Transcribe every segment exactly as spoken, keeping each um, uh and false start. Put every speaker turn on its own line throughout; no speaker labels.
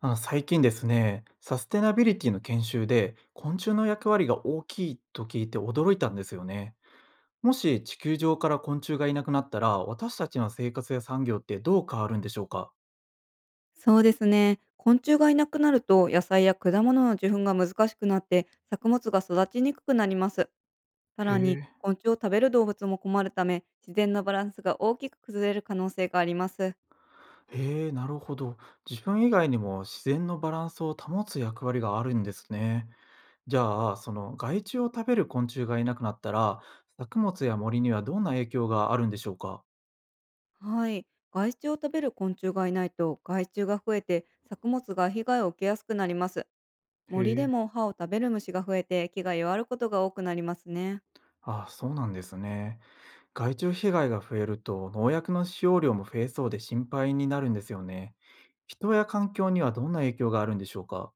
あ、最近ですね、サステナビリティの研修で昆虫の役割が大きいと聞いて驚いたんですよね。もし地球上から昆虫がいなくなったら、私たちの生活や産業ってどう変わるんでしょうか？
そうですね。昆虫がいなくなると野菜や果物の受粉が難しくなって、作物が育ちにくくなります。さ
へ
らに
え。
昆虫を食べる動物も困るため、自然のバランスが大きく崩れる可能性があります。
へえ、なるほど。自分以外にも自然のバランスを保つ役割があるんですね。じゃあ、その害虫を食べる昆虫がいなくなったら、作物や森にはどんな影響があるんでしょうか？
はい。害虫を食べる昆虫がいないと害虫が増えて、作物が被害を受けやすくなります。
へ
森で
え。
も葉を食べる虫が増えて、木が弱ることが多くなりますね。
あ、そうなんですね。害虫被害が増えると農薬の使用量も増えそうで心配になるんですよね。人や環境にはどんな影響があるんでしょうか？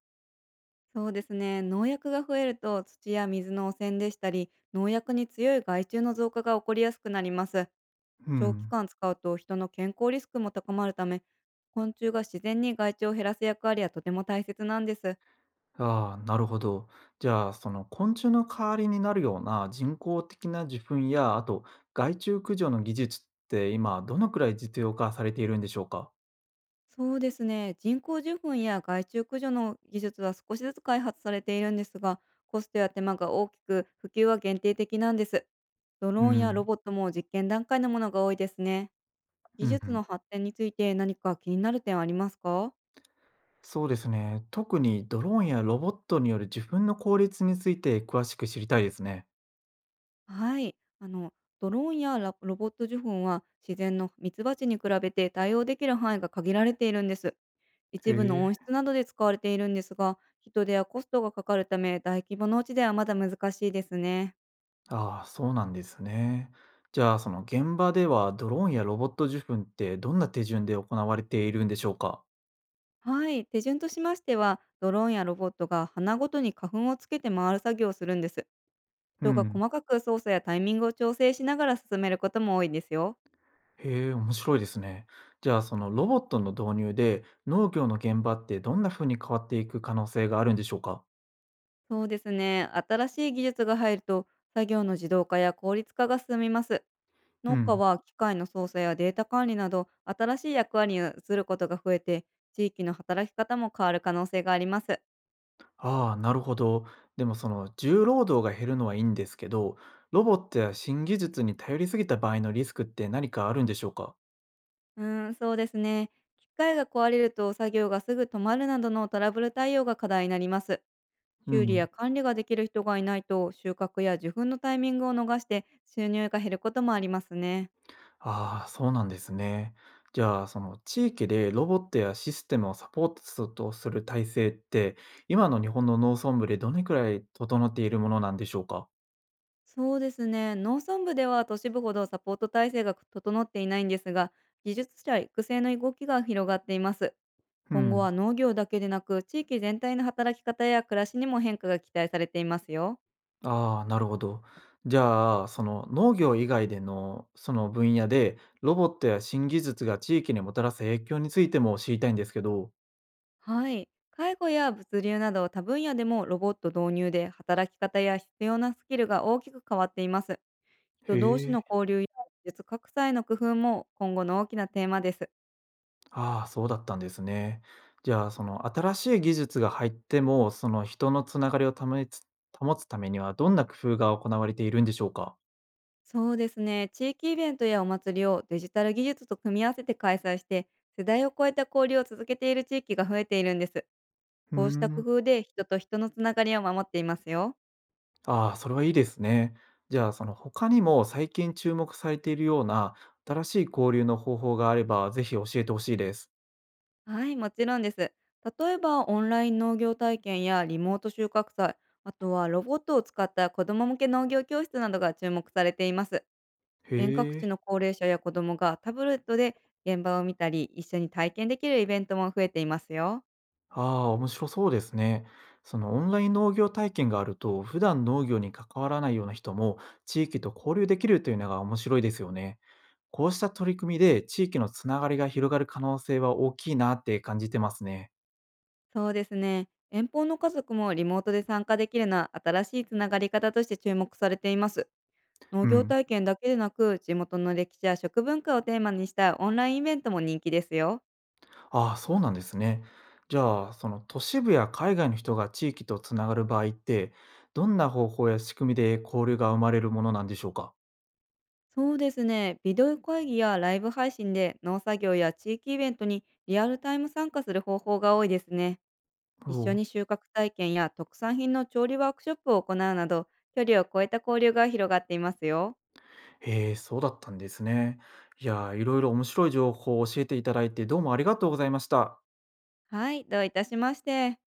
そうですね。農薬が増えると土や水の汚染でしたり、農薬に強い害虫の増加が起こりやすくなります。
う
長期
ん。
間使うと人の健康リスクも高まるため、昆虫が自然に害虫を減らす役割はとても大切なんです。
ああ、なるほど。じゃあ、その昆虫の代わりになるような人工的な受粉や、あと害虫駆除の技術って今どのくらい実用化されているんでしょうか？
そうですね。人工授粉や害虫駆除の技術は少しずつ開発されているんですが、コストや手間が大きく、普及は限定的なんです。ド
う
ローンやロ
ん。
ボットも実験段階のものが多いですね。
う
技
んう
術
ん。
の発展について何か気になる点はありますか？
そうですね。特にドローンやロボットによる受粉の効率について詳しく知りたいですね。
はい。あの、ドローンやラロボット受粉は自然のミツバチに比べて対応できる範囲が限られているんです。
へ
一部の
え。
温室などで使われているんですが、人手やコストがかかるため、大規模農地ではまだ難しいですね。
ああ、そうなんですね。じゃあ、その現場ではドローンやロボット受粉ってどんな手順で行われているんでしょうか？
はい。手順としましては、ドローンやロボットが花ごとに花粉をつけて回る作業をするんです。
う
人が
ん。
細かく操作やタイミングを調整しながら進めることも多いんですよ。
へえ、面白いですね。じゃあ、そのロボットの導入で農業の現場ってどんな風に変わっていく可能性があるんでしょうか？
そうですね。新しい技術が入ると、作業の自動化や効率化が進みます。
う
農家
ん。
は機械の操作やデータ管理など新しい役割に移ることが増えて、地域の働き方も変わる可能性があります。
ああ、なるほど。でもその重労働が減るのはいいんですけど、ロボットや新技術に頼りすぎた場合のリスクって何かあるんでしょうか？
うーん、そうですね。機械が壊れると作業がすぐ止まるなどのトラブル対応が課題になります。
う
修理
ん。
や管理ができる人がいないと、収穫や受粉のタイミングを逃して収入が減ることもありますね。
ああ、そうなんですね。じゃあ、その地域でロボットやシステムをサポートする体制って、今の日本の農村部でどれくらい整っているものなんでしょうか？
そうですね。農村部では都市部ほどサポート体制が整っていないんですが、技術者育成の動きが広がっています。
う
今後は
ん。
農業だけでなく、地域全体の働き方や暮らしにも変化が期待されていますよ。
ああ、なるほど。じゃあ、その農業以外でのその分野で、ロボットや新技術が地域にもたらす影響についても知りたいんですけど。
はい。介護や物流など多分野でもロボット導入で働き方や必要なスキルが大きく変わっています。人同
へ
士
え。
の交流や技術格差への工夫も今後の大きなテーマです。
ああ、そうだったんですね。じゃあ、その新しい技術が入っても、その人のつながりを保つ保つためには、どんな工夫が行われているんでしょうか？
そうですね。地域イベントやお祭りをデジタル技術と組み合わせて開催して、世代を超えた交流を続けている地域が増えているんです。
うー
こうした工
ん。
夫で人と人のつながりを守っていますよ。
ああ、それはいいですね。じゃあ、その他にも最近注目されているような新しい交流の方法があれば、ぜひ教えてほしいです。
はい、もちろんです。例えばオンライン農業体験やリモート収穫祭、あとはロボットを使った子ども向け農業教室などが注目されています。遠隔
へえ。
地の高齢者や子どもがタブレットで現場を見たり、一緒に体験できるイベントも増えていますよ。
ああ、面白そうですね。そのオンライン農業体験があると、普段農業に関わらないような人も地域と交流できるというのが面白いですよね。こうした取り組みで地域のつながりが広がる可能性は大きいなって感じてますね。
そうですね。遠方の家族もリモートで参加できるのは新しいつながり方として注目されています。農
う
業
ん。
体験だけでなく、地元の歴史や食文化をテーマにしたオンラインイベントも人気ですよ。
ああ、そうなんですね。じゃあ、その都市部や海外の人が地域とつながる場合って、どんな方法や仕組みで交流が生まれるものなんでしょうか。
そうですね。ビデオ会議やライブ配信で農作業や地域イベントにリアルタイム参加する方法が多いですね。
お
一緒
う。
に収穫体験や特産品の調理ワークショップを行うなど、距離を超えた交流が広がっていますよ。
へえ、そうだったんですね。いやー、いろいろ面白い情報を教えていただいて、どうもありがとうございました。
はい、どういたしまして。